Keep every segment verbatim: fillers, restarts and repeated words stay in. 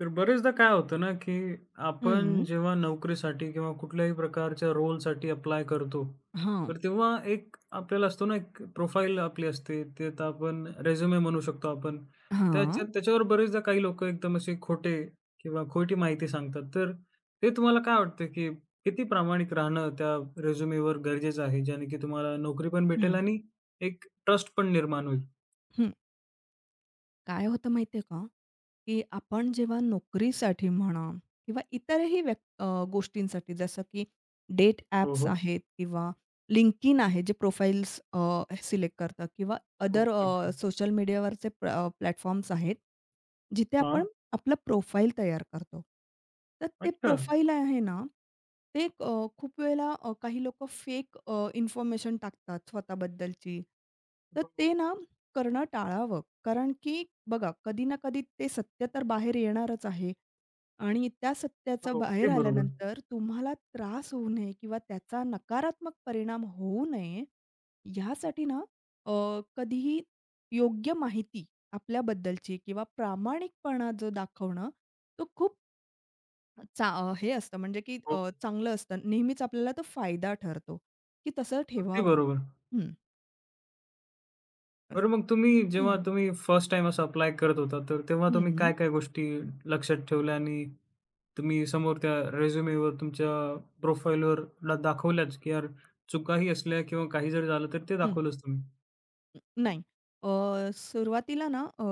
तर बरेचदा काय होतं ना, की आपण हं. जेव्हा नोकरीसाठी किंवा कुठल्याही प्रकारच्या रोलसाठी अप्लाय करतो, हां, तर तेव्हा एक आपल्याला असतो ना, एक प्रोफाईल आपली असते. ते तर आपण रिझ्युमे म्हणू शकतो आपण. हां. त्याच्यात त्याच्यावर बरेचदा काही लोकं एकदम असे खोटे किंवा खोटी माहिती सांगतात. तर ते तुम्हाला काय वाटतं, की किती प्रामाणिक राहणं त्या रिझ्युमेवर गरजेचं आहे? ज्याने की तुम्हाला नोकरी पण भेटेल हं, आणि एक ट्रस्ट पण निर्माण होईल? हं. काय होतं माहिती आहे का, की आपण जेव्हा नोकरीसाठी म्हणा किंवा इतरही व्यक् अ, गोष्टींसाठी जसं की डेट हो, ॲप्स हो. आहेत किंवा LinkedIn आहे जे प्रोफाइल्स अ, सिलेक्ट करतात किंवा हो, अदर अ, नक्की. सोशल मीडियावरचे प्र प्लॅटफॉर्म्स आहेत, जिथे आपण हां. आपलं प्रोफाईल तयार करतो. तर ते अच्छा. प्रोफाईल आहे ना, ते एक, अ, खूप वेळेला अ, काही लोकं फेक अ, इन्फॉर्मेशन टाकतात स्वतःबद्दलची. तर हो, ते ना करणं टाळावं. कारण की बघा कधी ना कधी ते सत्य तर बाहेर येणारच आहे आणि त्या सत्याचं हो. बाहेर अगदी बरोबर. आल्यानंतर तुम्हाला त्रास होऊ नये किंवा त्याचा नकारात्मक परिणाम होऊ नये, यासाठी ना अ, कधीही योग्य माहिती आपल्याबद्दलची किंवा प्रामाणिकपणा जो दाखवणं, तो खूप चा अ, हे असतं म्हणजे की हो, अ, चांगलं असतं. नेहमीच आपल्याला तो फायदा ठरतो, की तसं अगदी ठेवावं. बरोबर. हं. अस बरं, मग तुम्ही जेव्हा हं, तुम्ही फर्स्ट टाईम असं अप्लाय करत होता, तर तेव्हा तुम्ही हं, हं. काय-काय गोष्टी लक्षात ठेवल्या आणि तुम्ही समोर त्या रिझ्यूमेवर तुमच्या प्रोफाईलवर ला दाखवल्याच, की यार चुकाही असल्या किंवा काही जरी झालं, तर ते दाखवलंच तुम्ही? अ, नाही. अ, सुरुवातीला ना अ,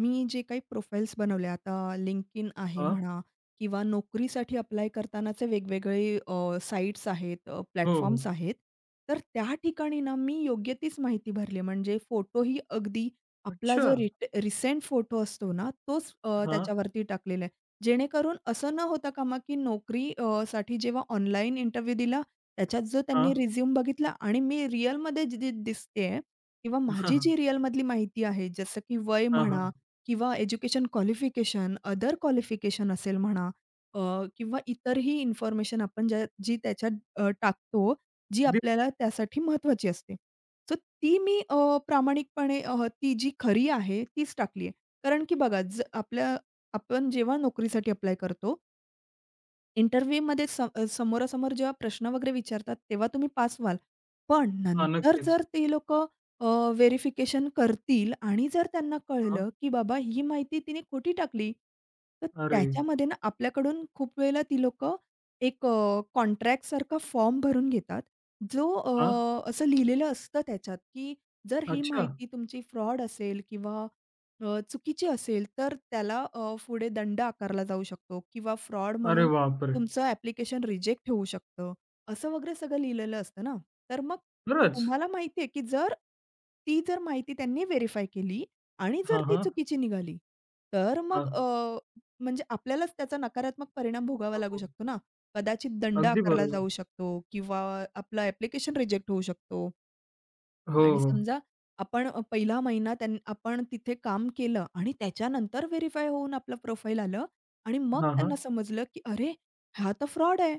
मी जे काही प्रोफाइल्स बनवल्या आता LinkedIn आहे हां. म्हणा किंवा नोकरीसाठी अप्लाय करतानाचे वेगवेगळे अ, साइट्स आहेत, अ, हो, प्लॅटफॉर्म्स हो. आहेत. तर त्या ठिकाणी ना मी योग्य तीच माहिती भरली. म्हणजे फोटोही अगदी आपला अच्छा. जो रिट रिसेंट फोटो असतो ना तोच अ, हां, त्याच्यावरती टाकलेला आहे. जेणेकरून असं न होता कामा की नोकरी अ, साठी जेव्हा ऑनलाईन इंटरव्ह्यू दिला त्याच्यात जो त्यांनी हां. रिझ्यूम बघितला आणि मी रिअलमध्ये दिसते किंवा माझी जी रिअलमधली माहिती आहे, जसं की वय हां, हां. म्हणा हां. किंवा एज्युकेशन क्वालिफिकेशन, अदर क्वालिफिकेशन असेल म्हणा, अ, किंवा इतरही इन्फॉर्मेशन आपण ज्या जी त्याच्यात अ, टाकतो, जी अगदी आपल्याला त्यासाठी महत्त्वाची असते. सो ती मी अ, प्रामाणिकपणे, अ, ती जी खरी आहे तीच टाकली आहे. कारण की बघा, ज आपल्या आपण जेव्हा नोकरीसाठी अप्लाय करतो इंटरव्ह्यूमध्ये स अ, समोरासमोर जेव्हा प्रश्न वगैरे विचारतात, तेव्हा तुम्ही पास व्हाल. पण हां, नंतर नक्कीच. जर ते लोकं व्हेरिफिकेशन करतील आणि जर त्यांना हां. कळलं, की बाबा ही माहिती तिने खोटी टाकली, तर अरे! त्याच्यामध्ये ना आपल्याकडून खूप वेळेला ती लोकं एक अ, कॉन्ट्रॅक्टसारखा फॉर्म भरून घेतात, जो, हां. अ, असं लिहिलेलं असतं त्याच्यात, की जर ही अच्छा. माहिती तुमची फ्रॉड असेल किंवा अ, चुकीची असेल, तर त्याला अ, पुढे दंड आकारला जाऊ शकतो किंवा फ्रॉड अरे म्हणून बापरे! तुमचं ॲप्लिकेशन रिजेक्ट होऊ शकतं. असं वगैरे सगळं लिहिलेलं असतं ना. तर मग खरंच? तुम्हाला माहिती आहे, की जर ती जर माहिती त्यांनी व्हेरिफाय केली आणि जर हां, ती हां. चुकीची निघाली, तर मग, हां. अ, म्हणजे आपल्यालाच त्याचा नकारात्मक परिणाम भोगावा हो. लागू हो. शकतो ना. कदाचित दंड अगदी आकारला बरोबर. जाऊ शकतो किंवा आपलं ॲप्लिकेशन रिजेक्ट होऊ शकतो. हो, आणि हो. समजा आपण अ, पहिला महिना त्यां आपण तिथे काम केलं आणि त्याच्यानंतर व्हेरिफाय होऊन आपलं प्रोफाईल आलं आणि मग हां, हां. त्यांना समजलं, की "अरे, हा तर फ्रॉड आहे."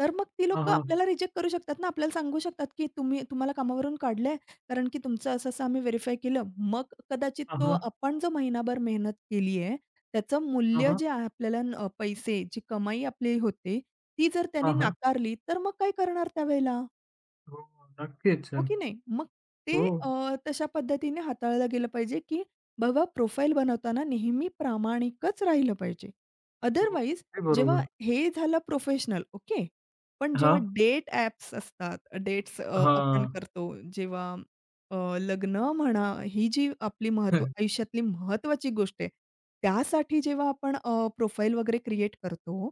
तर मग ती हां, लोकं हां. आपल्याला रिजेक्ट करू शकतात ना. आपल्याला सांगू शकतात, की "तुम्ही तुम्हाला कामावरून काढलंय, कारण की तुमचं असं-असं आम्ही व्हेरिफाय केलं." मग कदाचित हां, तो हां. आपण जो महिनाभर मेहनत केली आहे, त्याचं हां, मूल्य हां. जे आहे आपल्याला, अ, पैसे, जी कमाई आपली होते, ती जर त्यांनी हां, हां. नाकारली, तर मग काय करणार त्यावेळेला? हो, नक्कीच. हो की नाही? मग ते हो, अ, तशा पद्धतीने हाताळलं गेलं पाहिजे, की बाबा प्रोफाईल बनवताना नेहमी प्रामाणिकच राहिलं पाहिजे. हो. अदरवाईज अगदी जेव्हा बरोबर. हे झालं प्रोफेशनल ओके. पण जेव्हा हां, डेट ॲप्स असतात, डेट्स अ, आपण हां. करतो जेव्हा अ, लग्न म्हणा, ही जी आपली महत्व आयुष्यातली महत्त्वाची गोष्ट आहे. त्यासाठी जेव्हा आपण प्रोफाईल वगैरे क्रिएट करतो,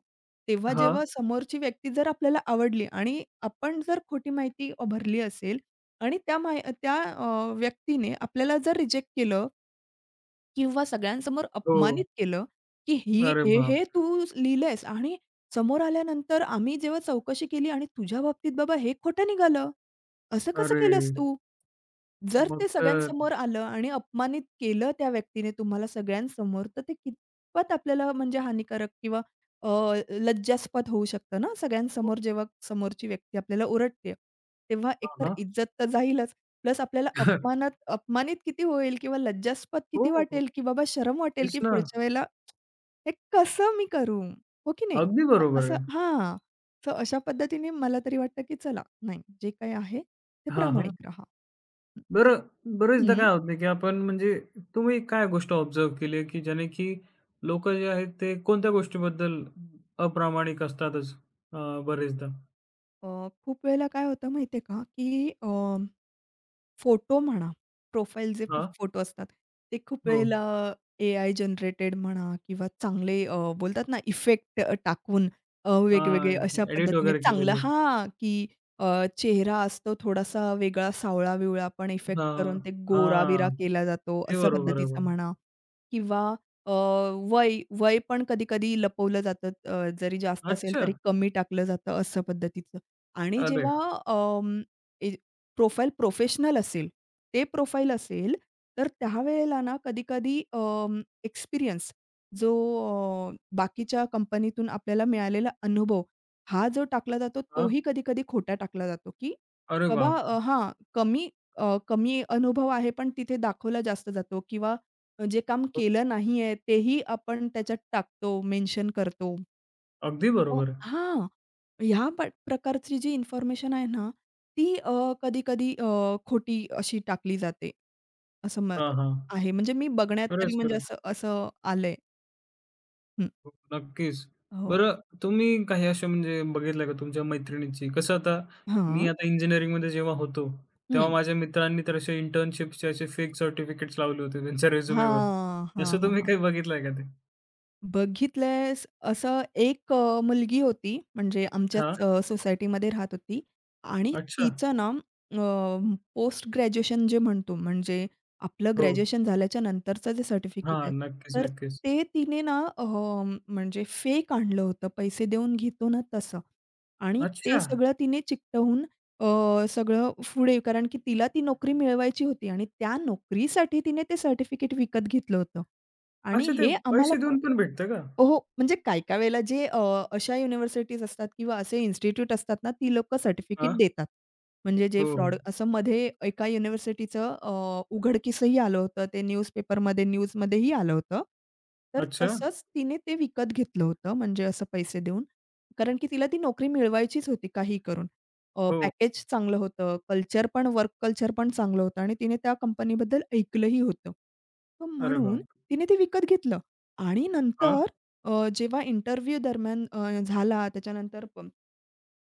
तेव्हा हां. जेव्हा समोरची व्यक्ती जर आपल्याला आवडली आणि आपण जर खोटी माहिती भरली असेल, आणि त्या माहि त्या अ, व्यक्तीने आपल्याला जर रिजेक्ट केलं किंवा सगळ्यांसमोर हो. अपमानित केलं, की "ही अरे हे, बाप! हे तू लिहिलंयस आणि समोर आल्यानंतर आम्ही जेव्हा चौकशी केली आणि तुझ्या बाबतीत बाबा हे खोटं निघालं. असं कसं अरे! केलंस तू?" जर मग ते तर सगळ्यांसमोर आलं आणि अपमानित केलं त्या व्यक्तीने तुम्हाला सगळ्यांसमोर, तर ते कितपत आपल्याला म्हणजे हानिकारक किंवा अ, लज्जास्पद होऊ शकतं ना, हो. सगळ्यांसमोर जेव्हा समोरची व्यक्ती आपल्याला ओरडते. तेव्हा हां, एकतर हां. इज्जत तर जाईलच. प्लस आपल्याला अपमानात अपमानित किती होईल किंवा लज्जास्पद हो, किती हो. वाटेल, की बाबा शरम वाटेल, तेच की ना. पुढच्या वेळेला हे कसं मी करू? हो की नाही? अगदी अ, बरोबर असं आहे. हां. तर अशा पद्धतीने मला तरी वाटतं, की चला नाही जे काही आहे ते हां, हां. प्रामाणिक राहा. बरं, बरेचदा हं. काय होतं की आपण म्हणजे तुम्ही काय गोष्ट ऑब्झर्व्ह केली आहे, की ज्याने की लोकं जे आहेत ते कोणत्या गोष्टीबद्दल अप्रामाणिक असतातच अ, बरेचदा? अ, खूप वेळेला काय होतं माहिती आहे का, की अ फोटो म्हणा, प्रोफाईलचे खूप हां. फोटो असतात. ते खूप हो. वेळेला एआय जनरेटेड म्हणा किंवा चांगले, अ, बोलतात ना इफेक्ट अ, टाकून, अ, वेगवेगळे हां. अशा एडिट पद्धतीने वगैरे चांगलं केलेले. हां, की अ, चेहरा असतो थोडासा वेगळा सावळा-बिवळा पण इफेक्ट करून हां, ते गोरा-बिरा हां. केला जातो, ते अशा बरोबर आहे पद्धतीचा बघ. म्हणा किंवा अ, वय वय पण कधी-कधी लपवलं जातं, अ, जरी जास्त असेल अच्छा! तरी कमी टाकलं जातं, असं पद्धतीचं. आणि अरे! जेव्हा अं, ए प्रोफाईल प्रोफेशनल असेल, ते प्रोफाईल असेल, तर त्यावेळेला ना कधी-कधी, अं, एक्सपिरियन्स जो अ, बाकीच्या कंपनीतून आपल्याला मिळालेला अनुभव, हा जो टाकला जातो, हां. तोही कधी-कधी खोटा टाकला जातो, की अरे बाबा, बापरे! अ, हां, कमी अ, कमी अनुभव आहे, पण तिथे दाखवला जास्त जातो किंवा जे काम हो, केलं नाहीये, तेही आपण त्याच्यात टाकतो, मेन्शन करतो. अगदी हो. बरोबर आहे. हां. ह्या प प्रकारची जी इन्फॉर्मेशन आहे ना, ती, अ, कधी-कधी खोटी अशी टाकली जाते. असं म हां, हां. आहे. म्हणजे मी बघण्यात तरी खरंच, म्हणजे खरंच. असं असं आलंय. हं. हो, नक्कीच. हो. बरं, तुम्ही काही अशा म्हणजे बघितल्या का तुमच्या मैत्रिणीची? कसं आता मी हां. आता इंजिनिअरिंगमध्ये जेव्हा होतो, तेव्हा हं. माझ्या मित्रांनी तर असे इंटर्नशिपचे असे फेक सर्टिफिकेट्स लावले होते त्यांच्या रिझ्युमेवर. हां. हां, असं हां, तुम्ही हां. काही बघितलंय का ते? बघितलंयस असं एक अ, मुलगी होती म्हणजे आमच्याच हां. अ, सोसायटीमध्ये राहत होती आणि अच्छा. तिचं ना, अ, पोस्ट ग्रॅज्युएशन जे म्हणतो म्हणजे आपलं हो. ग्रॅज्युएशन झाल्याच्या नंतरचं जे सर्टिफिकेट हां. आहे, नक्कीच, तर नक्कीच. ते तिने ना, अ, म्हणजे फेक आणलं होतं पैसे देऊन घेतो ना तसं, आणि ते अच्छा! सगळं तिने चिकटवून, अ, सगळं पुढे, कारण की तिला ती नोकरी मिळवायची होती आणि त्या नोकरीसाठी तिने ते सर्टिफिकेट विकत घेतलं होतं आणि अच्छा, ते हे आम्हाला पैसे प देऊन पण भेटतं का? हो, म्हणजे काही-काही वेळेला जे, अ, अशा युनिव्हर्सिटीज असतात किंवा असे इन्स्टिट्यूट असतात ना, ती लोकं सर्टिफिकेट हां. देतात. म्हणजे जे हो, हो. फ्रॉड असं मध्ये एका युनिव्हर्सिटीचं अ, उघडकीसही आलं होतं. ते न्यूजपेपरमध्ये, न्यूजमध्येही आलं होतं. तर अच्छा? तसंच तिने ते विकत घेतलं होतं, म्हणजे असं पैसे देऊन. कारण की तिला ती नोकरी मिळवायचीच होती काहीही करून. अ, हो. पॅकेज चांगलं होतं, कल्चर पण वर्क कल्चर पण चांगलं होतं आणि तिने त्या कंपनीबद्दल ऐकलंही होतं. तर अरे म्हणून वाह! तिने ते विकत घेतलं आणि हां, नंतर, अ, जेव्हा इंटरव्ह्यू दरम्यान अ, झाला त्याच्यानंतर प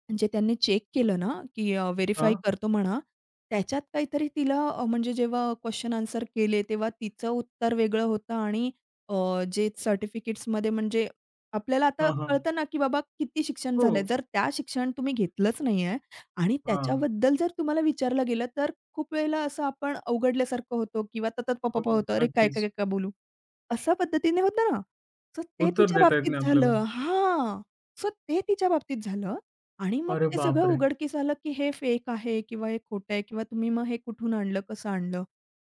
म्हणजे त्यांनी चेक केलं ना, की, अ, हां, करतो म्हणा. त्याच्यात काहीतरी तिला, अ, म्हणजे जेव्हा क्वेशन आन्सर केले, तेव्हा तिचं उत्तर वेगळं होतं आणि, अ, जे सर्टिफिकेट्समध्ये म्हणजे आपल्याला आता हां, हां. कळतं ना, की बाबा किती शिक्षण हो. झालंय. जर त्या शिक्षण तुम्ही घेतलंच नाहीये आणि हां. त्याच्याबद्दल जर तुम्हाला विचारलं गेलं, तर खूप वेळेला असं आपण अवघडल्यासारखं होतो किंवा ततत पप्पा हो, होतो. "अरे, काय, काय, नक्कीच. काय काय बोलू?" अशा पद्धतीने होतं ना. सो ते उत्तर तिच्या देता येत बाबतीत नाही आपल्याला. झालं हां. सो ते तिच्या बाबतीत झालं. आणि मग अरे ते सगळं बापरे! उघडकीस आलं, की हे फेक आहे किंवा हे खोटं आहे किंवा तुम्ही मग हे कुठून आणलं, कसं आणलं?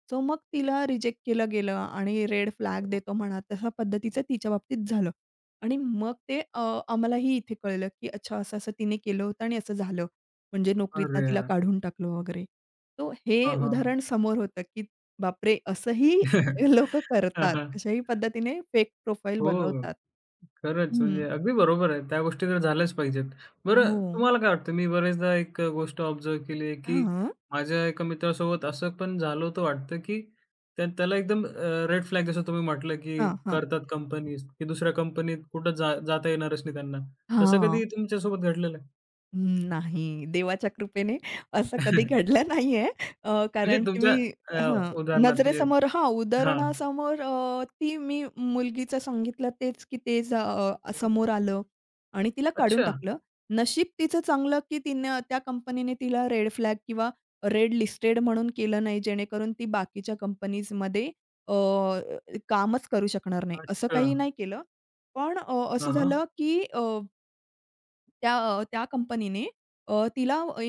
सो मग तिला रिजेक्ट केलं गेलं आणि रेड फ्लॅग हो. देतो म्हणा, तशा पद्धतीचं तिच्या बाबतीत झालं. आणि मग ते, अ, आम्हालाही इथे कळलं, की अच्छा असं-असं तिने केलं होतं आणि असं झालं. म्हणजे नोकरीतनं अरे तिला यार! काढून टाकलं वगैरे. सो हे हां, हां. उदाहरण समोर होतं, की बापरे! असंही लोकं हां, करतात. हां. अशाही पद्धतीने फेक प्रोफाईल हो. बनवतात. खरंच, म्हणजे हं. अगदी बरोबर आहे. त्या गोष्टी तर झाल्याच पाहिजेत. बरं, हो. तुम्हाला काय वाटतं? मी बरेचदा एक अ, गोष्ट ऑब्झर्व्ह केली आहे, की हां. माझ्या एका मित्रासोबत असं पण झालं होतं वाटतं, की त्या त्याला एकदम रेड फ्लॅग जसं तुम्ही म्हटलं, की हां, हां. करतात कंपनीज, की दुसऱ्या कंपनीत कुठं जा जाता येणारच नाही त्यांना. तसं हां. कधी तुमच्यासोबत घडलेलं आहे? हं, नाही. देवाच्या कृपेने असं कधी घडलं नाहीये. अ, म्हणजे कारण की तुमच्या मी अ, हां, उदाहरणार्थ म्हणजे नजरेसमोर हां, हां. उदाहरणासमोर, अ, ती मी मुलगीचं सांगितलं तेच की ते ज अ, समोर आलं आणि तिला काढून अच्छा, टाकलं. नशीब तिचं चांगलं की तिनं त्या कंपनीने तिला रेड फ्लॅग किंवा रेड लिस्टेड म्हणून केलं नाही, जेणेकरून ती बाकीच्या कंपनीजमध्ये अ, कामच करू शकणार नाही, असं अच्छा. काही नाही केलं. पण अ, असं हां, हां. झालं की अ त्या अ, त्या कंपनीने अ, तिला अ,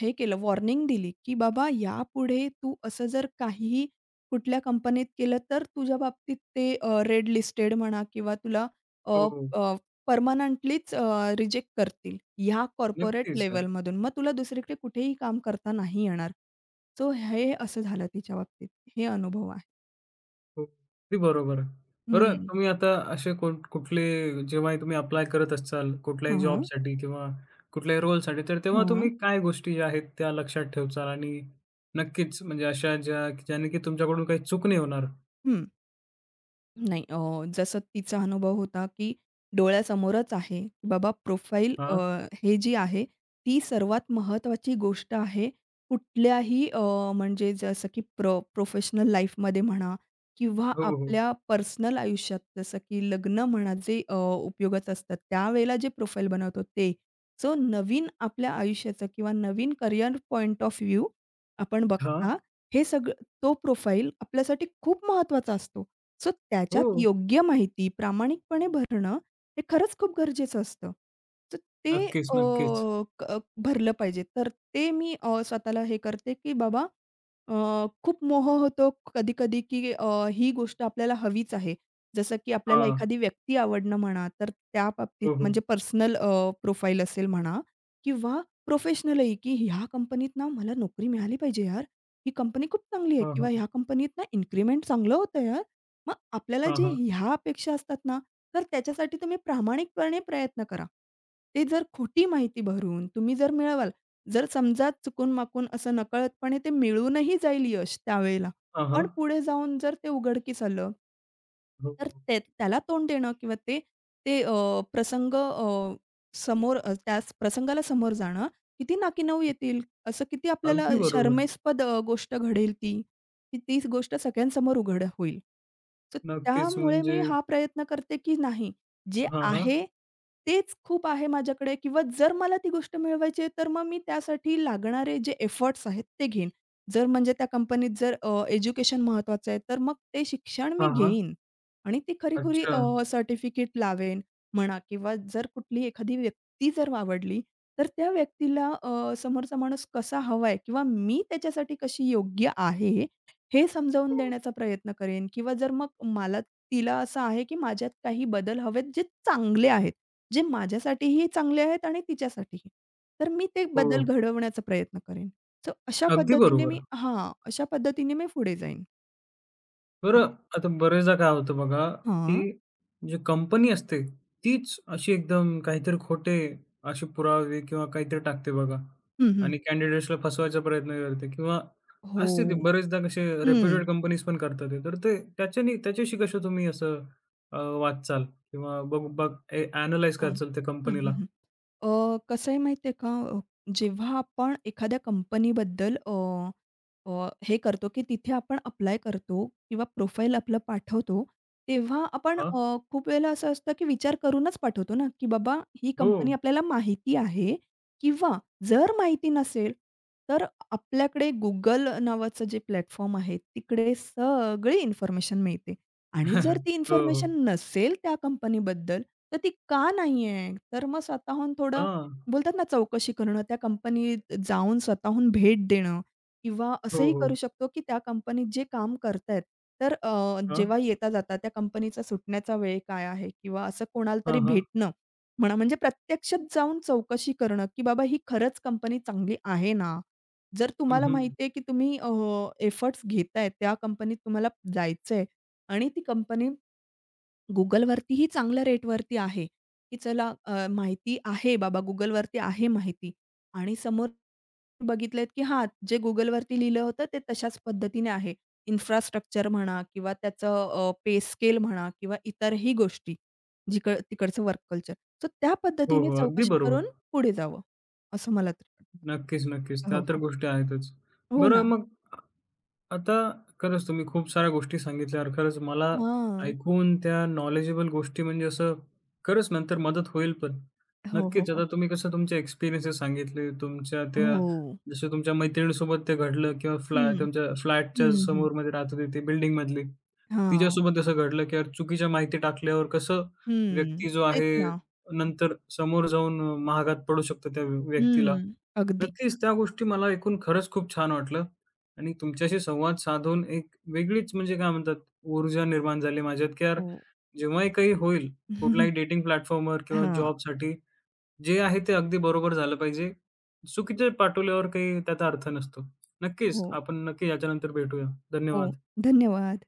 हे केलं, वॉर्निंग दिली, की "बाबा यापुढे तू असं जर काहीही कुठल्या कंपनीत केलं तर तुझ्या बाबतीत ते रेड लिस्टेड म्हणा किंवा तुला, अ, हो, परमनंटलीच रिजेक्ट करतील ह्या कॉर्पोरेट नक्कीच. लेव्हलमधून. मग तुला दुसरीकडे कुठेही काम करता नाही येणार." सो हे असं झालं तिच्या बाबतीत. हे अनुभव आहे. हो, अगदी बरोबर आहे. बरं, हं. तुम्ही आता असे कोण कुठले जेव्हाही तुम्ही अप्लाय करत असाल हां, कुठल्याही हां. जॉबसाठी किंवा कुठल्याही रोलसाठी, तर तेव्हा तुम्ही काय गोष्टी ज्या आहेत त्या लक्षात ठेवाल आणि नक्कीच म्हणजे अशा ज्या ज्याने की तुमच्याकडून काही चूक नाही होणार? हं. नाही, अ, जसं तिचा अनुभव होता, की डोळ्यासमोरच आहे, की बाबा प्रोफाईल, अ, हां. हे जी आहे, ती सर्वात महत्त्वाची गोष्ट आहे. कुठल्याही, अ, म्हणजे जसं की प्र प्रोफेशनल लाईफमध्ये म्हणा किंवा हो, हो. हो. आपल्या पर्सनल आयुष्यात जसं की लग्न म्हणा, जे, अ, उपयोगाचं असतात, त्यावेळेला जे प्रोफाईल बनवतो ते. सो नवीन आपल्या आयुष्याचं किंवा नवीन करियर पॉइंट ऑफ व्ह्यू आपण हां. बघता, हे सगळं तो प्रोफाईल आपल्यासाठी खूप महत्त्वाचा असतो. सो त्याच्यात हो. योग्य माहिती प्रामाणिकपणे भरणं, हे खरंच खूप गरजेचं असतं. तर ते, नक्कीच, अ, नक्कीच. क भरलं पाहिजे. तर ते मी, अ, स्वतःला हे करते, की बाबा, अ, खूप मोह होतो कधी-कधी, की, अ, ही गोष्ट आपल्याला हवीच आहे. जसं की आपल्याला हां. एखादी व्यक्ती आवडणं म्हणा, तर त्या बाबतीत हो, हो. म्हणजे पर्सनल प्रोफाईल असेल म्हणा किंवा प्रोफेशनलही, की ह्या कंपनीत ना मला नोकरी मिळाली पाहिजे यार. ही कंपनी खूप चांगली आहे हां, किंवा हां. ह्या कंपनीत ना इन्क्रिमेंट चांगलं होतं यार. मग आपल्याला हां, जे हां. ह्या अपेक्षा असतात ना, तर त्याच्यासाठी तुम्ही प्रामाणिकपणे प्रयत्न करा. ते जर खोटी माहिती भरून तुम्ही जर मिळवाल, जर समजा चुकून-माकून असं नकळतपणे ते मिळूनही जाईल यश त्यावेळेला, हां, हां. पण पुढे जाऊन जर ते उघडकीस आलं, हो. तर ते त्याला तोंड देणं किंवा ते ते अ, प्रसंग, अ, समोर अ, त्या प्रसंगाला समोर जाणं, किती नाकीनऊ येतील. असं किती आपल्याला अगदी बरोबर. शरमेस्पद, अ, गोष्ट घडेल ती. की ती तीच गोष्ट सगळ्यांसमोर उघड होईल. तर नक्कीच त्यामुळे मी म्हणजे हा प्रयत्न करते, की नाही जे हां, हां. आहे तेच खूप आहे माझ्याकडे किंवा जर मला ती गोष्ट मिळवायची आहे, तर मग मी त्यासाठी लागणारे जे एफर्ट्स आहेत ते घेईन. जर म्हणजे त्या कंपनीत जर एज्युकेशन महत्वाचं आहे, तर मग ते शिक्षण मी हां, हां. घेईन. आणि ती खरी-खुरी, अच्छा. अ, सर्टिफिकेट लावेन म्हणा किंवा जर कुठली एखादी व्यक्ती जर आवडली, तर त्या व्यक्तीला, अ, समोरचा माणूस कसा हवाय किंवा मी त्याच्यासाठी कशी योग्य आहे, हे समजावून हो, देण्याचा प्रयत्न करेन किंवा जर मग मला तिला असं आहे, की माझ्यात काही बदल हवेत जे चांगले आहेत, जे माझ्यासाठीही चांगले आहेत आणि तिच्यासाठीही. तर मी ते बदल हो. घडवण्याचा प्रयत्न करेन. सो अशा अगदी पद्धतीने बरोबर. मी हां, अशा पद्धतीने मी पुढे जाईन. बरं, आता बरेचदा काय होतं बघा, की हां. जी कंपनी असते, तीच अशी एकदम काहीतरी खोटे असे पुरावे किंवा काहीतरी टाकते बघा हं, हं. आणि कँडिडेट्सला फसवायचा प्रयत्न करते किंवा हो. असते ते बरेचदा कसे हं, रेप्युटेड कंपनीज पण करतात ते. तर ते त्याच्यानी त्याच्याशी कसं तुम्ही असं अ, वाचाल किंवा बघ बघ ए ॲनलाईज हं. त्या हं, हं, कंपनीला? हं. अ, कसं आहे माहिती आहे का? अ, जेव्हा आपण एखाद्या कंपनीबद्दल अ, अ, हे करतो, की तिथे आपण अप्लाय करतो किंवा प्रोफाईल आपलं पाठवतो, तेव्हा आपण, हां, अ, खूप वेळेला असं असतं, की विचार करूनच पाठवतो ना, की बाबा ही हो. कंपनी आपल्याला माहिती आहे किंवा जर माहिती नसेल, तर आपल्याकडे Google नावाचं जे प्लॅटफॉर्म आहे, तिकडे सगळी इन्फॉर्मेशन मिळते आणि जर ती हो, हो. इन्फॉर्मेशन नसेल त्या कंपनीबद्दल, तर ती का नाही आहे? तर मग स्वतःहून थोडं हां. बोलतात ना, चौकशी करणं, त्या कंपनीत जाऊन स्वतःहून भेट देणं किंवा हो, असंही हो. करू शकतो, की त्या कंपनीत जे काम करतायत, तर, अ, हां, जेव्हा येता-जाता त्या कंपनीचा सुटण्याचा वेळ काय आहे? किंवा असं कोणाला तरी हां, हां. भेटणं म्हणा, म्हणजे प्रत्यक्षात जाऊन चौकशी करणं, की बाबा ही खरंच कंपनी चांगली आहे ना? जर हं, तुम्हाला हं. माहिती आहे, की तुम्ही एफर्ट्स घेताय, त्या कंपनीत तुम्हाला जायचंय आणि ती कंपनी Googleवरतीही चांगल्या रेटवरती आहे, की चला, अ, माहिती आहे बाबा Googleवरती आहे माहिती आणि समोर बघितलेत, की हां, जे Googleवरती लिहिलं होतं ते तशाच पद्धतीने आहे. इन्फ्रास्ट्रक्चर म्हणा किंवा त्याचं, अ, पे स्केल म्हणा किंवा इतरही गोष्टी, जिक तिकडचं वर्क कल्चर. सो त्या हो, पद्धतीने हो. अगदी चौकशी बरोबर. करून पुढे जावं, असं मला तरी वाटतं. नक्कीच, नक्कीच. त्या हो, तर हो. गोष्टी आहेतच. हो बरं, ना. मग अ, आता खरंच तुम्ही खूप साऱ्या गोष्टी सांगितल्या आणि खरंच मला हां. ऐकून त्या नॉलेजेबल गोष्टी म्हणजे असं खरंच नंतर मदत होईल पण. हो, हो, नक्कीच हो. आता तुम्ही कसं तुमचे एक्सपिरियन्सेस सांगितले, तुमच्या त्या हो. जसं तुमच्या मैत्रिणीसोबत ते घडलं किंवा फ्लॅट हं. तुमच्या फ्लॅटच्या हं, हं. समोरमध्ये राहत होती ती बिल्डिंगमधली. हां. तिच्यासोबत तसं घडलं की यार चुकीच्या माहिती टाकल्यावर कसं हं. व्यक्ती जो तेच आहे ना. नंतर समोर जाऊन महागात पडू शकतो त्या व्यक्तीला. हं. अगदी. नक्कीच, त्या गोष्टी मला ऐकून खरंच खूप छान वाटलं आणि तुमच्याशी संवाद साधून एक वेगळीच म्हणजे काय म्हणतात, ऊर्जा निर्माण झाली माझ्यात, की यार हो. जेव्हाही काही होईल, कुठलाही डेटिंग प्लॅटफॉर्मवर किंवा हां. जॉबसाठी जे आहे ते अगदी बरोबर झालं पाहिजे. चुकीचे पाठवल्यावर काही त्याचा अर्थ नसतो. नक्कीच, हो, आपण नक्की याच्यानंतर भेटूया. हो. धन्यवाद. धन्यवाद.